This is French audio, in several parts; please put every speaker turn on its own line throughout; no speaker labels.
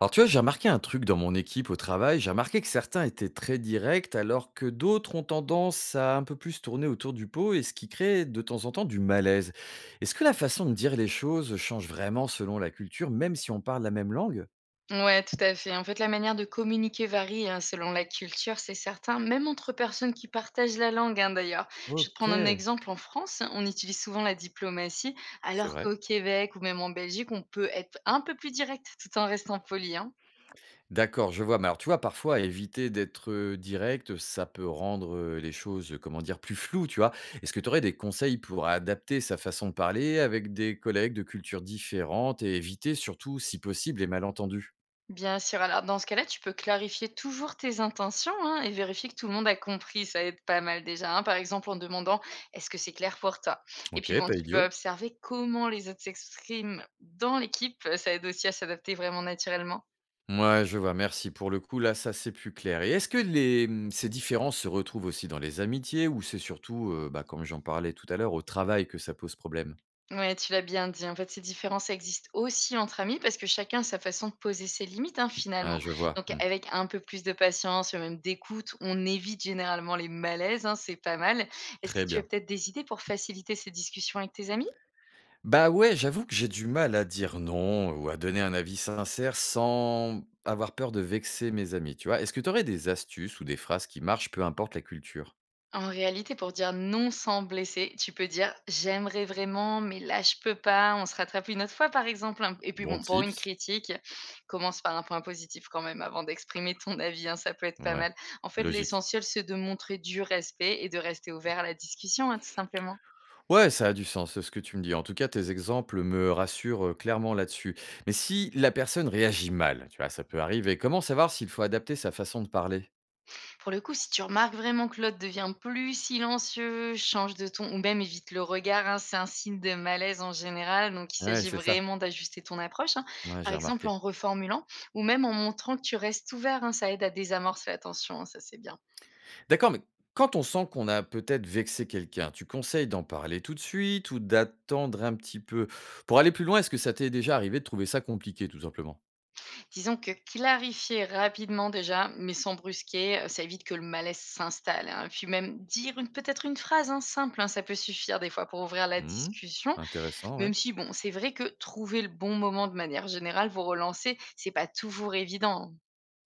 Alors tu vois, j'ai remarqué un truc dans mon équipe au travail, j'ai remarqué que certains étaient très directs alors que d'autres ont tendance à un peu plus tourner autour du pot et ce qui crée de temps en temps du malaise. Est-ce que la façon de dire les choses change vraiment selon la culture, même si on parle la même langue?
Ouais, tout à fait. En fait, la manière de communiquer varie hein, selon la culture, c'est certain, même entre personnes qui partagent la langue, hein, d'ailleurs. Je vais te
Ok,
prendre un exemple. En France, on utilise souvent la diplomatie,
c'est
alors
vrai.
qu'au Québec ou même en Belgique, on peut être un peu plus direct tout en restant poli, hein.
D'accord, je vois. Mais alors, tu vois, parfois, éviter d'être direct, ça peut rendre, les choses, comment dire? Plus floues, tu vois? Est-ce que tu aurais des conseils pour adapter sa façon de parler avec des collègues de cultures différentes et éviter surtout, si possible, les malentendus?
Bien sûr, alors dans ce cas-là, tu peux clarifier toujours tes intentions hein, et vérifier que tout le monde a compris, ça aide pas mal déjà, hein. Par exemple, en demandant est-ce que c'est clair pour toi? Et puis
OK,
bon,
pas
tu peux
idiot.
observer comment les autres s'expriment dans l'équipe, ça aide aussi à s'adapter vraiment naturellement.
Mouais, je vois, merci. Pour le coup, là, ça, c'est plus clair. Et est-ce que les, mmh, ces différences se retrouvent aussi dans les amitiés ou c'est surtout, bah, comme j'en parlais tout à l'heure, au travail que ça pose problème?
Ouais, tu l'as bien dit. En fait, ces différences existent aussi entre amis parce que chacun a sa façon de poser ses limites hein, finalement.
Ah, je vois.
Donc,
Mmh.
avec un peu plus de patience et même d'écoute, on évite généralement les malaises, hein, c'est pas mal. Est-ce que
Très
tu as
bien.
peut-être des idées pour faciliter ces discussions avec tes amis?
Bah ouais, j'avoue que j'ai du mal à dire non ou à donner un avis sincère sans avoir peur de vexer mes amis, tu vois? Est-ce que tu aurais des astuces ou des phrases qui marchent, peu importe la culture?
En réalité, pour dire non sans blesser, tu peux dire: «J'aimerais vraiment, mais là, je peux pas, on se rattrape une autre fois», par exemple, hein. Et puis
Bon
bon, pour une
tips?
critique, commence par un point positif quand même avant d'exprimer ton avis, hein, ça peut être pas
Ouais,
mal. En fait,
logique.
l'essentiel, c'est de montrer du respect et de rester ouvert à la discussion, hein, tout simplement.
Ouais, ça a du sens, ce que tu me dis. En tout cas, tes exemples me rassurent clairement là-dessus. Mais si la personne réagit mal, tu vois, ça peut arriver, comment savoir s'il faut adapter sa façon de parler?
Pour le coup, si tu remarques vraiment que l'autre devient plus silencieux, change de ton ou même évite le regard, hein, c'est un signe de malaise en général. Donc, il
Ouais,
s'agit
c'est ça.
vraiment d'ajuster ton approche, hein,
Ouais,
par
j'ai
exemple
remarqué.
en reformulant ou même en montrant que tu restes ouvert, hein, ça aide à désamorcer la tension, hein, ça c'est bien.
D'accord, mais quand on sent qu'on a peut-être vexé quelqu'un, tu conseilles d'en parler tout de suite ou d'attendre un petit peu? Pour aller plus loin, est-ce que ça t'est déjà arrivé de trouver ça compliqué, tout simplement?
Disons que clarifier rapidement déjà, mais sans brusquer, ça évite que le malaise s'installe, hein. Puis même dire peut-être une phrase hein, simple, hein, ça peut suffire des fois pour ouvrir la
Mmh,
discussion.
intéressant, ouais.
Même si bon, c'est vrai que trouver le bon moment de manière générale pour relancer, c'est pas toujours évident.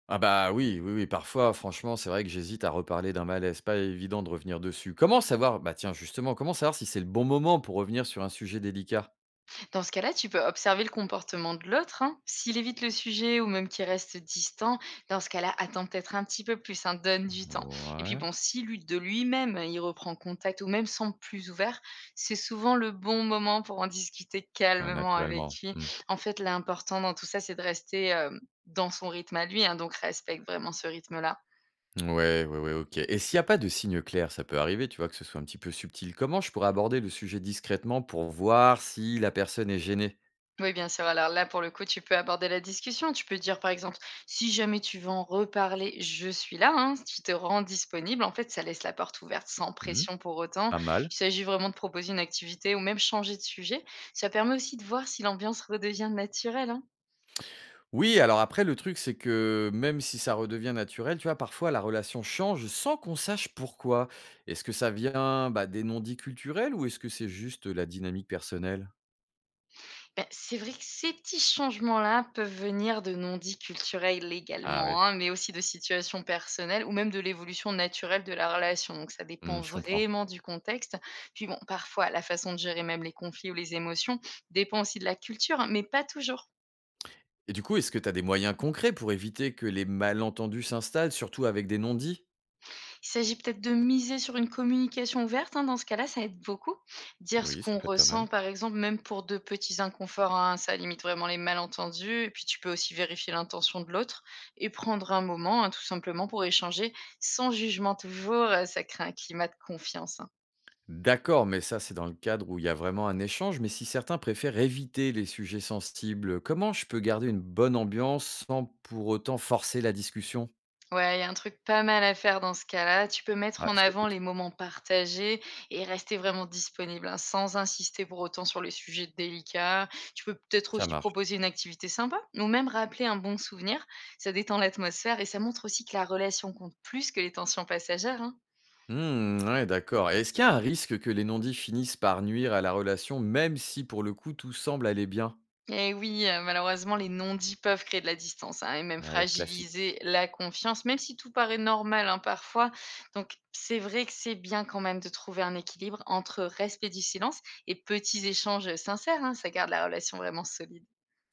Ah bah, oui, oui, oui, parfois, franchement, c'est vrai que j'hésite à reparler d'un malaise, pas évident de revenir dessus. Comment savoir? Bah, tiens, justement, comment savoir si c'est le bon moment pour revenir sur un sujet délicat?
Dans ce cas-là, tu peux observer le comportement de l'autre, hein. S'il évite le sujet ou même qu'il reste distant, dans ce cas-là, attends peut-être un petit peu plus, hein, donne du temps. Et puis
Ouais,
bon, si lui, de lui-même, hein, il reprend contact ou même semble plus ouvert, c'est souvent le bon moment pour en discuter
ouais,
calmement avec
naturellement.
lui.
Mmh.
En fait, l'important dans tout ça, c'est de rester, dans son rythme à lui, hein, donc respecte vraiment ce rythme-là.
Ouais, ouais, ouais, OK. Et s'il n'y a pas de signe clair, ça peut arriver, tu vois, que ce soit un petit peu subtil. Comment je pourrais aborder le sujet discrètement pour voir si la personne est gênée?
Oui, bien sûr. Alors là, pour le coup, tu peux aborder la discussion. Tu peux dire, par exemple, si jamais tu veux en reparler, je suis là. Hein, si tu te rends disponible, en fait, ça laisse la porte ouverte sans
Mmh,
pression pour autant.
pas
Il
mal.
s'agit vraiment de proposer une activité ou même changer de sujet. Ça permet aussi de voir si l'ambiance redevient naturelle, hein.
Oui, alors après, le truc, c'est que même si ça redevient naturel, tu vois, parfois la relation change sans qu'on sache pourquoi. Est-ce que ça vient bah, des non-dits culturels ou est-ce que c'est juste la dynamique personnelle?
Bah, c'est vrai que ces petits changements-là peuvent venir de non-dits culturels
Ah
également,
ouais,
hein, mais aussi de situations personnelles ou même de l'évolution naturelle de la relation. Donc ça dépend
mmh, je comprends.
vraiment du contexte. Puis bon, parfois la façon de gérer même les conflits ou les émotions dépend aussi de la culture, hein, mais pas toujours.
Et du coup, est-ce que tu as des moyens concrets pour éviter que les malentendus s'installent, surtout avec des non-dits?
Il s'agit peut-être de miser sur une communication ouverte, hein, dans ce cas-là, ça aide beaucoup. Dire ce
Oui, ça
qu'on
peut être pas
ressent,
mal.
par exemple, même pour de petits inconforts, hein, ça limite vraiment les malentendus. Et puis, tu peux aussi vérifier l'intention de l'autre et prendre un moment, hein, tout simplement, pour échanger sans jugement toujours. Ça crée un climat de confiance, hein.
D'accord, mais ça, c'est dans le cadre où il y a vraiment un échange. Mais si certains préfèrent éviter les sujets sensibles, comment je peux garder une bonne ambiance sans pour autant forcer la discussion?
Ouais, il y a un truc pas mal à faire dans ce cas-là. Tu peux mettre
Ah,
en
je
avant les
t'écoute.
moments partagés et rester vraiment disponible, hein, sans insister pour autant sur les sujets délicats. Tu peux peut-être
Ça
aussi
marche.
proposer une activité sympa ou même rappeler un bon souvenir. Ça détend l'atmosphère et ça montre aussi que la relation compte plus que les tensions passagères, hein.
Hmm, ouais, d'accord. Et est-ce qu'il y a un risque que les non-dits finissent par nuire à la relation, même si pour le coup tout semble aller bien?
Et oui, malheureusement, les non-dits peuvent créer de la distance, hein, et même
Ouais, classique.
fragiliser la confiance, même si tout paraît normal, hein, parfois. Donc c'est vrai que c'est bien quand même de trouver un équilibre entre respect du silence et petits échanges, sincères, hein, ça garde la relation vraiment solide.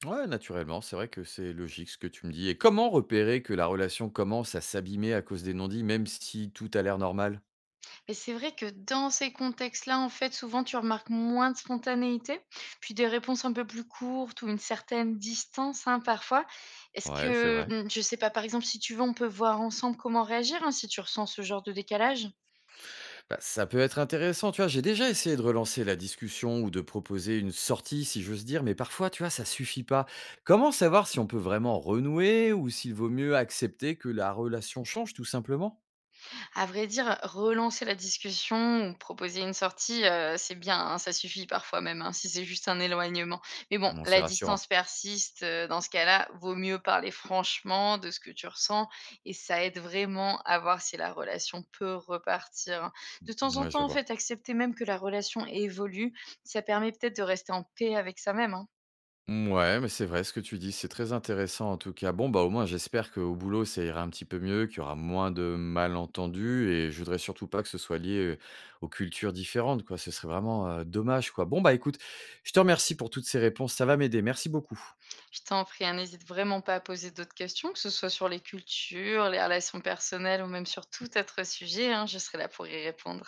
Ouais, naturellement, c'est vrai que c'est logique ce que tu me dis. Et comment repérer que la relation commence à s'abîmer à cause des non-dits, même si tout a l'air normal?
Mais c'est vrai que dans ces contextes-là, en fait, souvent tu remarques moins de spontanéité, puis des réponses un peu plus courtes ou une certaine distance, hein, parfois. Est-ce
Ouais, c'est vrai.
que, je sais pas, par exemple, si tu veux, on peut voir ensemble comment réagir, hein, si tu ressens ce genre de décalage?
Bah, ça peut être intéressant, tu vois. J'ai déjà essayé de relancer la discussion ou de proposer une sortie, si j'ose dire, mais parfois, tu vois, ça suffit pas. Comment savoir si on peut vraiment renouer ou s'il vaut mieux accepter que la relation change, tout simplement?
À vrai dire, relancer la discussion ou proposer une sortie, c'est bien, hein, ça suffit parfois même, hein, si c'est juste un éloignement. Mais bon,
Bon, c'est
la
rassurant.
distance persiste, dans ce cas-là, vaut mieux parler franchement de ce que tu ressens et ça aide vraiment à voir si la relation peut repartir, hein. De temps en
Ouais, je
temps, en
vois.
fait, accepter même que la relation évolue, ça permet peut-être de rester en paix avec ça même, hein.
Ouais, mais c'est vrai ce que tu dis, c'est très intéressant en tout cas. Bon, bah, au moins j'espère qu'au boulot ça ira un petit peu mieux, qu'il y aura moins de malentendus et je voudrais surtout pas que ce soit lié, aux cultures différentes quoi, ce serait vraiment, dommage quoi. Bon, bah, écoute, je te remercie pour toutes ces réponses, ça va m'aider, merci beaucoup.
Je t'en prie, hein, n'hésite vraiment pas à poser d'autres questions, que ce soit sur les cultures, les relations personnelles ou même sur tout autre sujet, hein, je serai là pour y répondre.